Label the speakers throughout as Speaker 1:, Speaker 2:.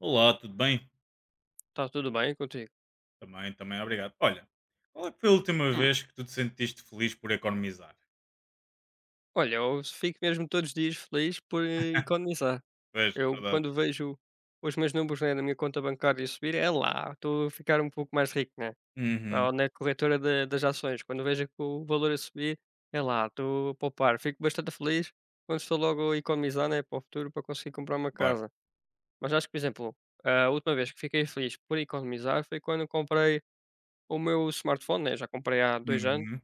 Speaker 1: Olá, tudo bem?
Speaker 2: Está tudo bem contigo?
Speaker 1: Também, obrigado. Olha, qual é que foi a última
Speaker 2: Hum.
Speaker 1: vez que tu te sentiste feliz por economizar?
Speaker 2: Olha, eu fico mesmo todos os dias feliz por, economizar.
Speaker 1: Pois,
Speaker 2: Eu
Speaker 1: verdade.
Speaker 2: quando vejo os meus números, né, na minha conta bancária subir, é lá, estou a ficar um pouco mais rico, né,
Speaker 1: Uhum,
Speaker 2: ou na corretora da das ações, quando vejo que o valor a subir, é lá, estou a poupar. Fico bastante feliz quando estou logo a economizar, né, para o futuro para conseguir comprar uma
Speaker 1: claro.
Speaker 2: casa. Mas acho que, por exemplo, a última vez que fiquei feliz por economizar foi quando comprei o meu smartphone, né, já comprei há 2 anos.
Speaker 1: Uhum,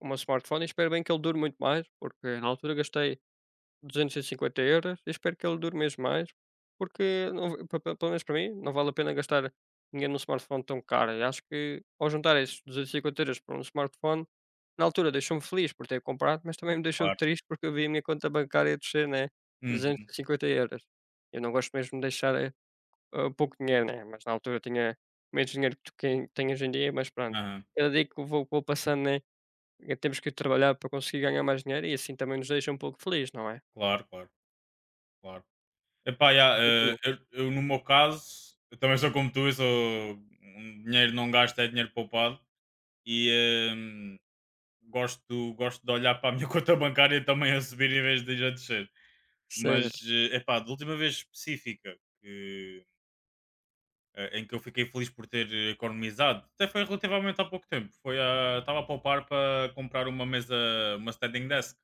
Speaker 2: O meu smartphone e espero bem que ele dure muito mais, porque na altura gastei 250€, e cinquenta euros e espero que ele dure mesmo mais, porque não, pelo menos para mim não vale a pena gastar dinheiro num smartphone tão caro. E acho que ao juntar esses 250€ para um smartphone, na altura deixou-me feliz por ter comprado, mas também me deixou
Speaker 1: claro.
Speaker 2: triste porque eu vi a minha conta bancária descer, né? duzentos
Speaker 1: Uhum,
Speaker 2: e cinquenta euros Eu não gosto mesmo de deixar pouco dinheiro, né? Mas na altura tinha menos dinheiro que que tenho hoje em dia, mas pronto.
Speaker 1: aham.
Speaker 2: Cada dia que eu vou passando, né? Temos que trabalhar para conseguir ganhar mais dinheiro e assim também nos deixa um pouco feliz, não é?
Speaker 1: Claro, claro, claro. Epá, já,
Speaker 2: Uhum.
Speaker 1: eu, no meu caso, eu também sou como tu. Eu sou um, dinheiro não gasto é dinheiro poupado e gosto de olhar para a minha conta bancária também a subir em vez de ir a descer. Mas,
Speaker 2: Certo.
Speaker 1: epá, da última vez específica em que eu fiquei feliz por ter economizado. Até foi relativamente há pouco tempo. Foi a, estava a poupar para comprar uma mesa, uma standing desk.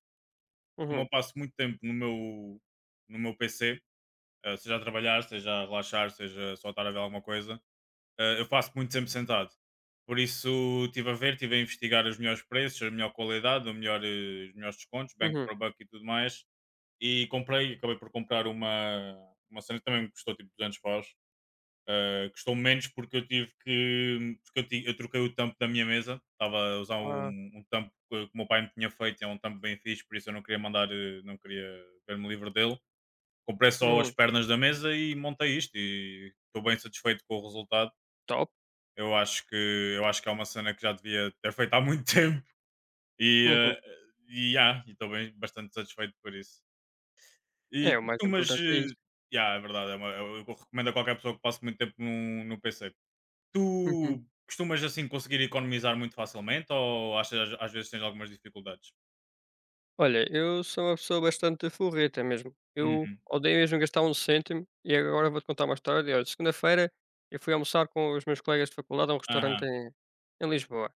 Speaker 1: Como eu
Speaker 2: Uhum,
Speaker 1: passo muito tempo no meu PC, seja a trabalhar, seja a relaxar, seja só estar a ver alguma coisa, eu faço muito tempo sentado. Por isso estive a ver, estive a investigar os melhores preços, a melhor qualidade, o melhor, os melhores descontos, bank
Speaker 2: uhum.
Speaker 1: for buck e tudo mais. E comprei, acabei por comprar uma cena que também me custou tipo 200 paus. Custou menos porque eu tive que. Porque eu, eu troquei o tampo da minha mesa. Estava a usar um,
Speaker 2: Ah,
Speaker 1: um tampo que o meu pai me tinha feito. É um tampo bem fixe, por isso eu não queria mandar, não queria ver-me livre dele. Comprei só as
Speaker 2: uhum.
Speaker 1: pernas da mesa e montei isto e estou bem satisfeito com o resultado.
Speaker 2: Top.
Speaker 1: Eu acho que é uma cena que já devia ter feito há muito tempo e
Speaker 2: Uhum.
Speaker 1: e estou bem bastante satisfeito por isso.
Speaker 2: É,
Speaker 1: E
Speaker 2: o
Speaker 1: tu
Speaker 2: mais
Speaker 1: costumas.
Speaker 2: importante é isso.
Speaker 1: Já é verdade, é uma- eu recomendo a qualquer pessoa que passe muito tempo no PC.
Speaker 2: Uhum.
Speaker 1: Tu costumas assim conseguir economizar muito facilmente ou achas às vezes tens algumas dificuldades?
Speaker 2: Olha, eu sou uma pessoa bastante forreta mesmo. Eu
Speaker 1: Uhum.
Speaker 2: odeio mesmo gastar um cêntimo e agora vou-te contar uma história. Olha, segunda-feira eu fui almoçar com os meus colegas de faculdade a um restaurante
Speaker 1: Aham.
Speaker 2: em Lisboa.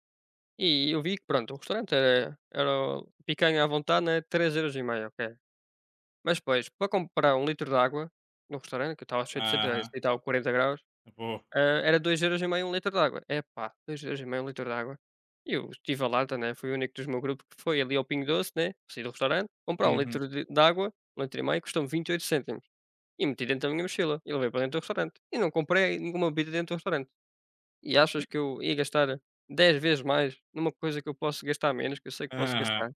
Speaker 2: E eu vi que, pronto, o restaurante era picanha à vontade, né? 3,50€, ok? Mas depois, para comprar um litro de água no restaurante, que eu estava cheio de sede, e
Speaker 1: Aham.
Speaker 2: estava 40 graus,
Speaker 1: Boa.
Speaker 2: hã, era 2,50€ um litro de água. Epá, 2,50€ um litro de água. E eu estive a lata, né, fui o único dos meu grupo que foi ali ao Pingo Doce, né, saí do restaurante, comprar um
Speaker 1: Uhum.
Speaker 2: litro de água, um litro e meio, custou-me 28 cêntimos. E meti dentro da minha mochila e levei para dentro do restaurante. E não comprei nenhuma bebida dentro do restaurante. E achas que eu ia gastar 10 vezes mais numa coisa que eu posso gastar menos, que eu sei que posso
Speaker 1: Aham.
Speaker 2: gastar?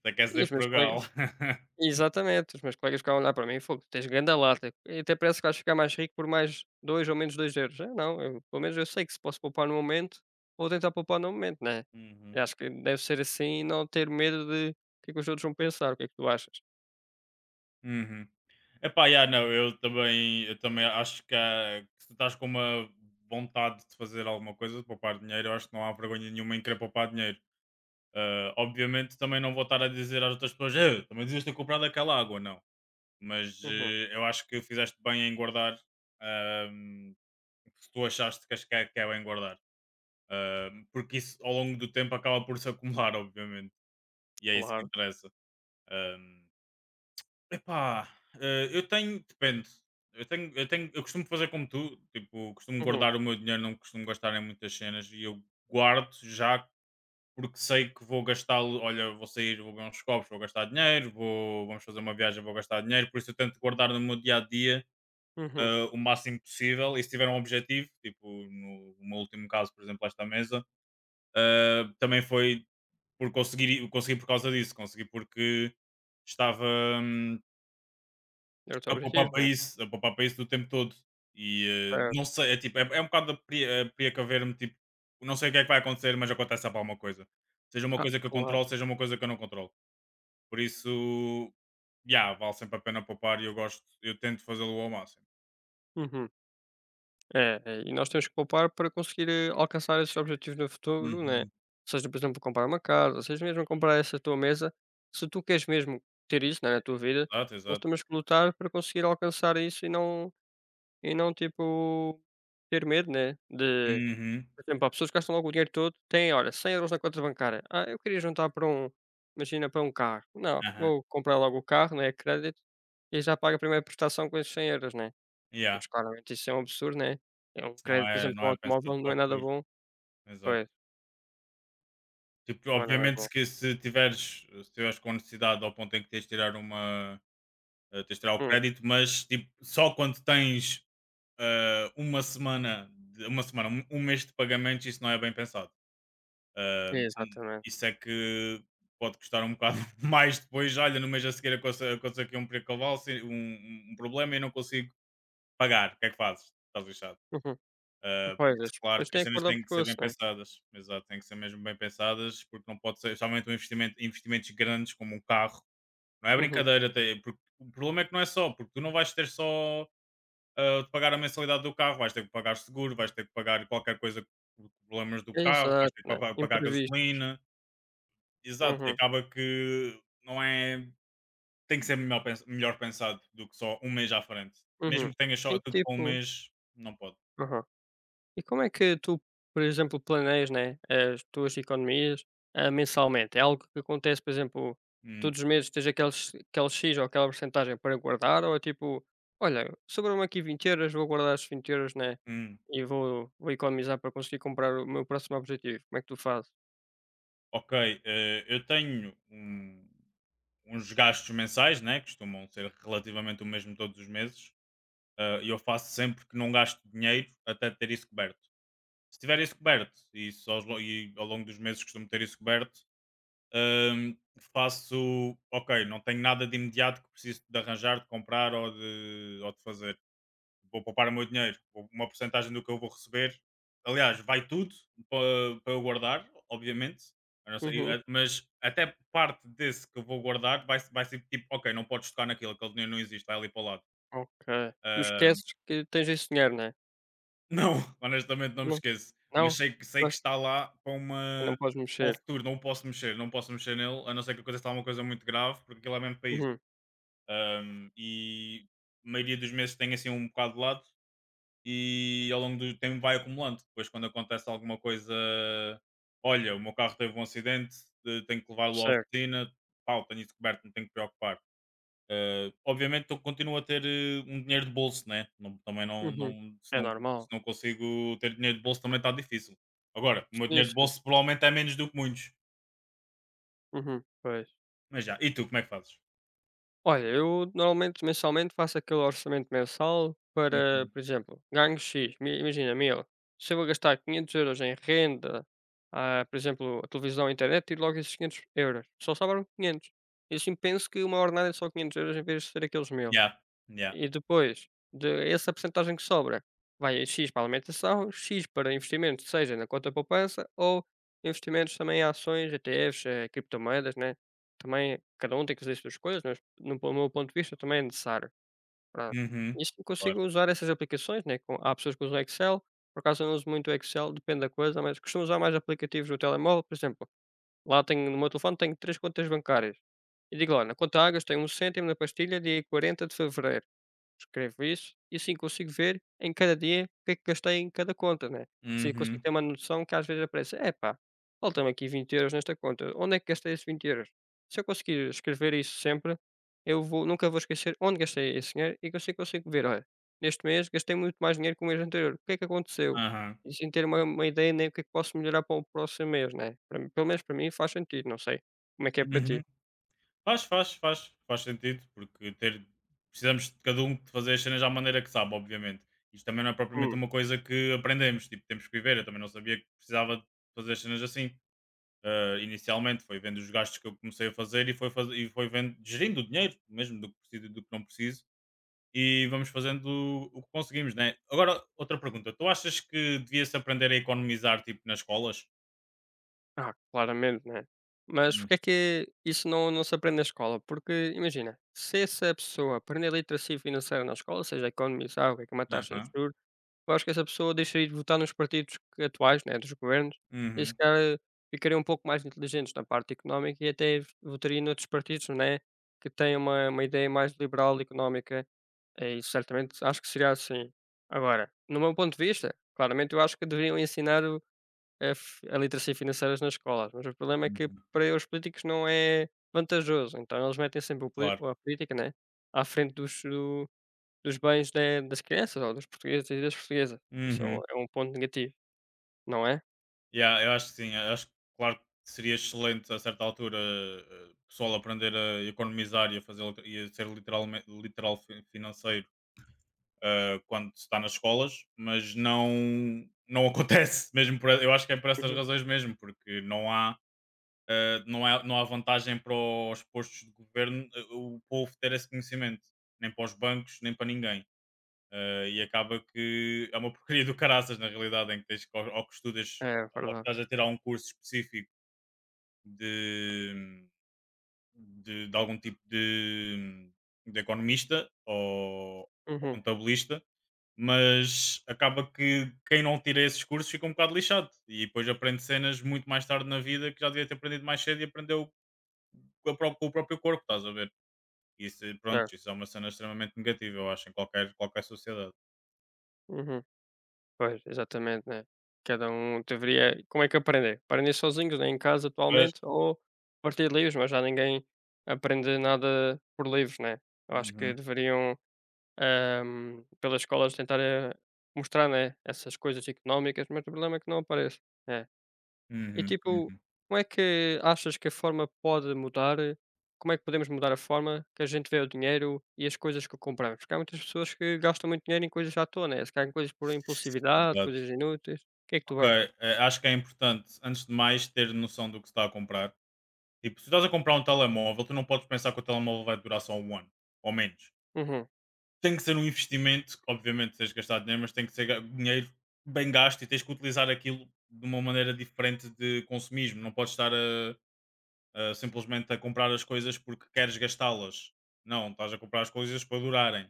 Speaker 1: Até quer
Speaker 2: E os
Speaker 1: ser
Speaker 2: meus colegas.
Speaker 1: frugal.
Speaker 2: Exatamente, os meus colegas ficavam a olhar para mim: é "Fogo, tens grande lata, e até parece que vais ficar mais rico por mais 2 ou menos 2€." Eu não, eu pelo menos eu sei que se posso poupar no momento, vou tentar poupar no momento, né.
Speaker 1: Uhum.
Speaker 2: Eu acho que deve ser assim e não ter medo de o que é que os outros vão pensar, o que é que tu achas?
Speaker 1: Uhum. Epá, yeah, não, eu também acho que, que se estás com uma vontade de fazer alguma coisa, de poupar dinheiro, eu acho que não há vergonha nenhuma em querer poupar dinheiro. Ah, obviamente também não vou estar a dizer às outras pessoas, "Eh, também devias ter comprado aquela água", não. Mas
Speaker 2: Uhum,
Speaker 1: eu acho que fizeste bem em guardar, ahm, se tu achaste que, que é bem guardar. Porque isso ao longo do tempo acaba por se acumular, obviamente. E é isso que
Speaker 2: claro.
Speaker 1: interessa. Ahm, Epá, eu tenho, depende. Eu costumo fazer como tu, tipo, costumo
Speaker 2: Uhum,
Speaker 1: guardar o meu dinheiro, não costumo gastar em muitas cenas e eu guardo já porque sei que vou gastá-lo. Olha, vou sair, vou ver uns copos, vou gastar dinheiro, vou, vamos fazer uma viagem, vou gastar dinheiro. Por isso eu tento guardar no meu dia a dia
Speaker 2: uhum.
Speaker 1: o máximo possível e se tiver um objetivo, tipo no meu último caso, por exemplo, esta mesa, também foi por conseguir, consegui por causa disso, consegui porque estava hum,
Speaker 2: Era o teu
Speaker 1: a poupar
Speaker 2: objetivo,
Speaker 1: para
Speaker 2: né?
Speaker 1: isso, a poupar para isso do tempo todo. E
Speaker 2: É.
Speaker 1: não sei, é tipo, é um bocado a a precaver-me, tipo, não sei o que é que vai acontecer, mas acontece sempre alguma coisa. Seja uma
Speaker 2: Ah,
Speaker 1: coisa que eu
Speaker 2: claro.
Speaker 1: controlo, seja uma coisa que eu não controlo. Por isso, já, vale sempre a pena poupar e eu gosto, eu tento fazê-lo ao máximo.
Speaker 2: Uhum. É, é, e nós temos que poupar para conseguir, alcançar esses objetivos no futuro, né?
Speaker 1: Uhum.
Speaker 2: Seja, por exemplo, comprar uma casa, seja mesmo comprar essa tua mesa. Se tu queres mesmo ter isso, né, na tua vida,
Speaker 1: Exato,
Speaker 2: nós
Speaker 1: exato.
Speaker 2: temos que lutar para conseguir alcançar isso e não tipo, ter medo, né? De,
Speaker 1: Uhum.
Speaker 2: por exemplo, há pessoas que gastam logo o dinheiro todo, têm, olha, 100€ na conta bancária. Ah, eu queria juntar para um, imagina, para um carro. Não,
Speaker 1: Aham.
Speaker 2: vou comprar logo o carro, né? Crédito, e já paga a primeira prestação com esses 100€, né?
Speaker 1: Yeah.
Speaker 2: Mas claramente isso é um absurdo, né. É um
Speaker 1: Se não,
Speaker 2: crédito, por
Speaker 1: é,
Speaker 2: exemplo,
Speaker 1: não
Speaker 2: para um
Speaker 1: é pensado
Speaker 2: automóvel não
Speaker 1: para
Speaker 2: é
Speaker 1: o
Speaker 2: nada
Speaker 1: futuro.
Speaker 2: bom.
Speaker 1: Exato.
Speaker 2: Pois,
Speaker 1: Tipo,
Speaker 2: não é nada
Speaker 1: obviamente
Speaker 2: bom.
Speaker 1: se tiveres com necessidade ao ponto em que tens de tirar uma tens de tirar o
Speaker 2: Hum,
Speaker 1: crédito, mas tipo, só quando tens uma uma semana, um mês de pagamentos, isso não é bem pensado. Eh,
Speaker 2: exatamente.
Speaker 1: isso é que pode custar um bocado mais depois. Olha, no mês a seguir aconteceu aqui um precalvalce, um problema e não consigo pagar. O que é que fazes? Estás lixado.
Speaker 2: Uhum.
Speaker 1: Ah, por
Speaker 2: Pois,
Speaker 1: isso,
Speaker 2: as
Speaker 1: claro
Speaker 2: pessoas
Speaker 1: que as
Speaker 2: têm que
Speaker 1: cenas
Speaker 2: acordar
Speaker 1: têm que ser
Speaker 2: pescoço,
Speaker 1: bem
Speaker 2: né.
Speaker 1: pensadas, exato, têm que ser mesmo bem pensadas, porque não pode ser, especialmente um investimento, investimentos grandes como um carro, não é
Speaker 2: Uhum.
Speaker 1: brincadeira, até, porque o problema é que não é só, porque tu não vais ter só de pagar a mensalidade do carro, vais ter que pagar seguro, vais ter que pagar qualquer coisa com problemas do carro,
Speaker 2: Exato,
Speaker 1: vais ter que
Speaker 2: né,
Speaker 1: pagar
Speaker 2: imprevistos.
Speaker 1: gasolina, exato, e
Speaker 2: Uhum,
Speaker 1: acaba que não é, tem que ser melhor, melhor pensado do que só um mês à frente,
Speaker 2: uhum.
Speaker 1: mesmo que tenhas
Speaker 2: E
Speaker 1: só tudo para um
Speaker 2: tipo,
Speaker 1: mês, não pode.
Speaker 2: aham. E como é que tu, por exemplo, planeias, né, as tuas economias, mensalmente? É algo que acontece, por exemplo,
Speaker 1: Hum,
Speaker 2: todos os meses tens aquele X ou aquela porcentagem para guardar, ou é tipo, olha, sobrou-me aqui 20€, vou guardar esses 20€, né?
Speaker 1: hum.
Speaker 2: E vou economizar para conseguir comprar o meu próximo objetivo. Como é que tu fazes?
Speaker 1: Ok, eh, eu tenho um- uns gastos mensais, né? Que costumam ser relativamente o mesmo todos os meses. E eu faço sempre que não gasto dinheiro até ter isso coberto. Se tiver isso coberto, e, isso e ao longo dos meses costumo ter isso coberto, ehm, faço. Ok, não tenho nada de imediato que preciso de arranjar, de comprar ou de fazer, vou poupar o meu dinheiro, uma porcentagem do que eu vou receber. Aliás, vai tudo para, para eu guardar, obviamente. Eu não sei,
Speaker 2: Uhum,
Speaker 1: mas até parte desse que eu vou guardar vai, vai ser tipo, ok, não podes tocar naquilo, aquele dinheiro não existe, vai ali para o lado.
Speaker 2: ok. Tu
Speaker 1: Ah,
Speaker 2: esqueces que tens esse dinheiro, né?
Speaker 1: não, honestamente não me
Speaker 2: Não?
Speaker 1: esqueço. Mas
Speaker 2: Não?
Speaker 1: sei que
Speaker 2: Mas
Speaker 1: está lá para,
Speaker 2: não
Speaker 1: uma,
Speaker 2: podes
Speaker 1: para o
Speaker 2: mexer.
Speaker 1: futuro, não posso mexer, não posso mexer nele, a não ser que a coisa está uma coisa muito grave, porque aquilo é mesmo país.
Speaker 2: Uhum,
Speaker 1: Ah, e a maioria dos meses tem assim um bocado de lado, e ao longo do tempo vai acumulando. Depois, quando acontece alguma coisa, olha, o meu carro teve um acidente, tenho que levá-lo à
Speaker 2: certo.
Speaker 1: oficina, pau, tenho isso coberto, não tenho que preocupar. Obviamente, eu continuo a ter um dinheiro de bolso, né? Também não,
Speaker 2: Uhum.
Speaker 1: não, se
Speaker 2: É
Speaker 1: não, se
Speaker 2: normal.
Speaker 1: não consigo ter dinheiro de bolso, também está difícil. Agora, o meu
Speaker 2: Sim,
Speaker 1: dinheiro de
Speaker 2: sim.
Speaker 1: bolso provavelmente é menos do que muitos.
Speaker 2: Uhum, pois.
Speaker 1: Mas já, e tu, como é que fazes?
Speaker 2: Olha, eu normalmente mensalmente faço aquele orçamento mensal para,
Speaker 1: Uhum.
Speaker 2: por exemplo, ganho X, imagina 1000. Se eu vou gastar 500€ em renda, por exemplo, a televisão, a internet, tiro logo esses 500€. Só sobram 500. E assim penso que uma ordenada é só 500€ em vez de ser aqueles 1000.
Speaker 1: Yeah, yeah.
Speaker 2: E depois, de essa percentagem que sobra, vai em X para alimentação, X para investimento seja na conta poupança ou investimentos também em ações, ETFs, criptomoedas, né? Também cada um tem que fazer as suas coisas, mas no meu ponto de vista também é necessário. Pronto.
Speaker 1: Uhum.
Speaker 2: Isto eu
Speaker 1: Claro.
Speaker 2: consigo usar essas aplicações, né? Há pessoas que usam Excel, por acaso eu não uso muito Excel, depende da coisa, mas costumo usar mais aplicativos no telemóvel, por exemplo. Lá tenho, no meu telefone tenho três contas bancárias. E digo, olha, na conta Águas tenho um cêntimo na pastilha dia 40 de fevereiro. Escrevo isso e assim consigo ver em cada dia o que é que gastei em cada conta, né? Assim consigo
Speaker 1: Uhum.
Speaker 2: ter uma noção que às vezes aparece, epá, faltam aqui 20€ nesta conta, onde é que gastei esses 20€? Se eu conseguir escrever isso sempre, eu vou, nunca vou esquecer onde gastei esse dinheiro e que eu assim consigo ver, olha, neste mês gastei muito mais dinheiro que o mês anterior, o que é que aconteceu?
Speaker 1: Aham.
Speaker 2: E sem ter uma ideia nem o que é que posso melhorar para o próximo mês, né? Pelo menos para mim faz sentido, não sei como é que é para ti.
Speaker 1: Uhum. Faz, faz, faz. Faz sentido, porque ter, precisamos de cada um de fazer as cenas à maneira que sabe, obviamente. Isto também não é propriamente uma coisa que aprendemos, tipo, temos que viver. Eu também não sabia que precisava de fazer as cenas assim. Ah, inicialmente foi vendo os gastos que eu comecei a fazer e foi, faz... e foi vendo, gerindo o dinheiro mesmo, do que preciso e do que não preciso. E vamos fazendo o que conseguimos, né? Agora, outra pergunta. Tu achas que devia-se aprender a economizar, tipo, nas escolas?
Speaker 2: Ah, claramente, né? Mas
Speaker 1: Hum.
Speaker 2: porque é que isso não, não se aprende na escola? Porque, imagina, se essa pessoa aprender literacia financeira na escola, ou seja economizar, o que é uma taxa de
Speaker 1: Aham.
Speaker 2: juros, eu acho que essa pessoa deixaria de votar nos partidos atuais, né, dos governos, e se
Speaker 1: Uhum.
Speaker 2: calhar ficaria um pouco mais inteligentes na parte económica e até votaria noutros partidos, né, que têm uma ideia mais liberal económica, e certamente acho que seria assim. Agora, no meu ponto de vista, claramente eu acho que deveriam ensinar a literacia financeira nas escolas, mas o problema é que
Speaker 1: Uhum.
Speaker 2: para os políticos não é vantajoso, então eles metem sempre o poli-
Speaker 1: Claro.
Speaker 2: a política, né, à frente dos dos bens das crianças ou dos portugueses e das portuguesas. Isso
Speaker 1: Uhum.
Speaker 2: é um ponto negativo, não é?
Speaker 1: Yeah, eu acho que sim. Eu acho que, claro que seria excelente a certa altura o pessoal aprender a economizar e a, fazer, e a ser literalmente, financeiro quando se está nas escolas, mas não, não acontece mesmo. Por, eu acho que é por essas
Speaker 2: Uhum.
Speaker 1: razões mesmo, porque não há, não, há, não há vantagem para os postos de governo o povo ter esse conhecimento, nem para os bancos, nem para ninguém. Ah, e acaba que é uma porcaria do caraças, na realidade, em que tens que, ou que estudas,
Speaker 2: É
Speaker 1: ou que
Speaker 2: verdade.
Speaker 1: estás a tirar um curso específico de, de algum tipo de economista ou
Speaker 2: Uhum.
Speaker 1: contabilista, mas acaba que quem não tira esses cursos fica um bocado lixado e depois aprende cenas muito mais tarde na vida que já devia ter aprendido mais cedo e aprendeu com, com o próprio corpo, estás a ver? Isso, pronto,
Speaker 2: Certo.
Speaker 1: isso é uma cena extremamente negativa, eu acho, em qualquer, qualquer sociedade.
Speaker 2: Uhum. Pois, exatamente, né? Cada um deveria. Como é que aprender? Aprender sozinhos, né? Em casa
Speaker 1: Mas,
Speaker 2: atualmente, ou a partir de livros, mas já ninguém aprende nada por livros, né? Eu acho que
Speaker 1: uhum.
Speaker 2: deveriam pelas escolas tentarem mostrar, né, essas coisas económicas, mas o problema é que não aparece, é. E
Speaker 1: Uhum,
Speaker 2: tipo,
Speaker 1: uhum,
Speaker 2: como é que achas que a forma pode mudar? Como é que podemos mudar a forma que a gente vê o dinheiro e as coisas que compramos? Porque há muitas pessoas que gastam muito dinheiro em coisas à toa, né? Se calhar em coisas por impulsividade,
Speaker 1: exato.
Speaker 2: coisas inúteis. O que é que tu
Speaker 1: Ok,
Speaker 2: achas?
Speaker 1: acho que é importante, antes de mais, ter noção do que se está a comprar. Tipo, se estás a comprar um telemóvel, tu não podes pensar que o telemóvel vai durar só um ano, ou menos.
Speaker 2: Uhum,
Speaker 1: Tem que ser um investimento, que obviamente tens de gastar dinheiro, mas tem que ser dinheiro bem gasto e tens que utilizar aquilo de uma maneira diferente de consumismo. Não podes estar a simplesmente a comprar as coisas porque queres gastá-las. Não, estás a comprar as coisas para durarem.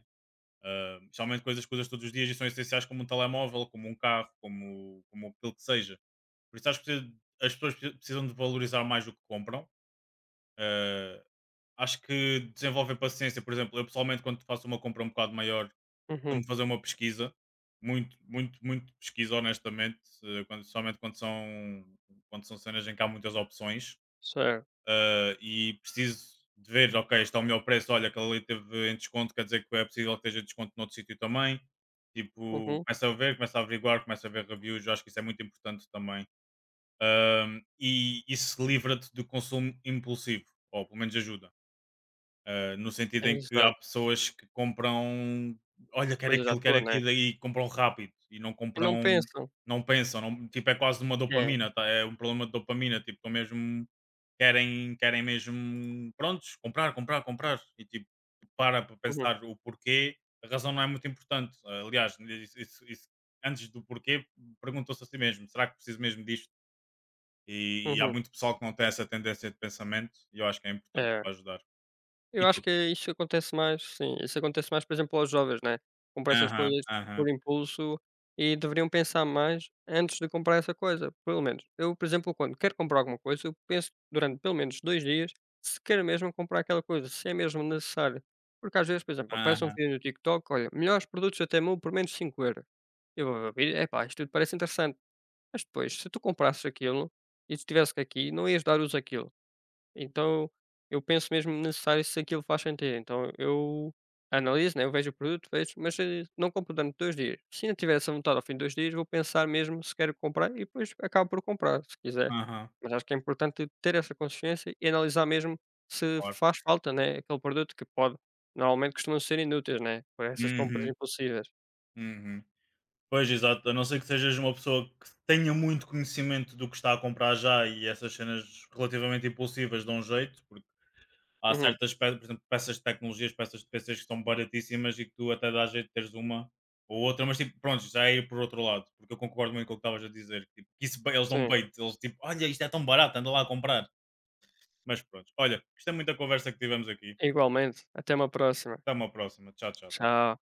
Speaker 1: Ah, especialmente coisas que usas todos os dias e são essenciais como um telemóvel, como um carro, como, como aquilo que seja. Por isso acho que as pessoas precisam de valorizar mais o que compram. Ah, acho que desenvolver paciência, por exemplo, eu pessoalmente quando faço uma compra um bocado maior,
Speaker 2: uhum,
Speaker 1: costumo fazer uma pesquisa, muito pesquisa honestamente, somente quando são cenas em que há muitas opções,
Speaker 2: certo.
Speaker 1: e preciso de ver, ok, está ao melhor preço, olha, aquela ali teve em desconto, quer dizer que é possível que esteja em desconto noutro sítio também. Tipo,
Speaker 2: Uhum,
Speaker 1: começa a ver, começa a averiguar, começa a ver reviews, eu acho que isso é muito importante também. E isso livra-te do consumo impulsivo, ou pelo menos ajuda. Ah, no sentido em que há
Speaker 2: exato.
Speaker 1: pessoas que compram, olha,
Speaker 2: Coisas à
Speaker 1: quero
Speaker 2: toa, né?
Speaker 1: aquilo, e compram rápido, e não
Speaker 2: E não
Speaker 1: compram,
Speaker 2: pensam.
Speaker 1: não pensam, tipo, é quase uma
Speaker 2: É.
Speaker 1: dopamina, tá? É um problema de dopamina, tipo, estão mesmo. Querem mesmo, prontos, comprar, comprar, comprar e tipo, para
Speaker 2: Uhum,
Speaker 1: pensar o porquê, a razão não é muito importante. Aliás, isso antes do porquê, perguntou-se a si mesmo: "Será que preciso mesmo disto?" E há
Speaker 2: uhum,
Speaker 1: muito pessoal que não tem essa tendência de pensamento e eu acho que é importante
Speaker 2: é.
Speaker 1: para ajudar.
Speaker 2: Eu
Speaker 1: E
Speaker 2: acho
Speaker 1: tu?
Speaker 2: que é isso acontece mais, sim. Isso acontece mais, por exemplo, aos jovens, né? Comprar essas
Speaker 1: Aham,
Speaker 2: coisas
Speaker 1: aham,
Speaker 2: por impulso e deveriam pensar mais antes de comprar essa coisa, pelo menos. Eu, por exemplo, quando quero comprar alguma coisa, eu penso durante pelo menos 2 dias se quero mesmo comprar aquela coisa, se é mesmo necessário. Porque às vezes, por exemplo, aparece um
Speaker 1: aham,
Speaker 2: vídeo no TikTok, olha, melhores produtos até 1000 por menos 5€. Eu vou ver, epá, isto tudo parece interessante. Mas depois, se tu comprasses aquilo e se tivesse aqui, não ias dar uso àquilo. Então, eu penso mesmo necessário se aquilo faz sentido. Então eu analiso, né, eu vejo o produto, vejo, mas não compro durante 2 dias. Se não tiver essa vontade ao fim de 2 dias, vou pensar mesmo se quero comprar e depois acabo por comprar, se quiser.
Speaker 1: aham,
Speaker 2: Mas acho que é importante ter essa consciência e analisar mesmo se
Speaker 1: claro.
Speaker 2: faz falta, né, aquele produto que pode normalmente costumam ser inúteis, né, por essas compras
Speaker 1: Uhum,
Speaker 2: impulsivas.
Speaker 1: uhum. Pois, exato, a não ser que sejas uma pessoa que tenha muito conhecimento do que está a comprar já e essas cenas relativamente impulsivas dão jeito. Há
Speaker 2: Uhum,
Speaker 1: certas pe por exemplo, peças de tecnologias, peças de PCs que são baratíssimas e que tu até dá jeito de teres uma ou outra, mas tipo, pronto, já é ir por outro lado, porque eu concordo muito com o que estavas a dizer, que tipo, que isso ba eles dão
Speaker 2: sim,
Speaker 1: bait, eles tipo: "Olha, isto é tão barato, anda lá a comprar". Mas pronto, olha, gostei muito da conversa que tivemos aqui.
Speaker 2: igualmente. Até uma próxima.
Speaker 1: Até uma próxima. Tchau, tchau. Ta
Speaker 2: Tchau.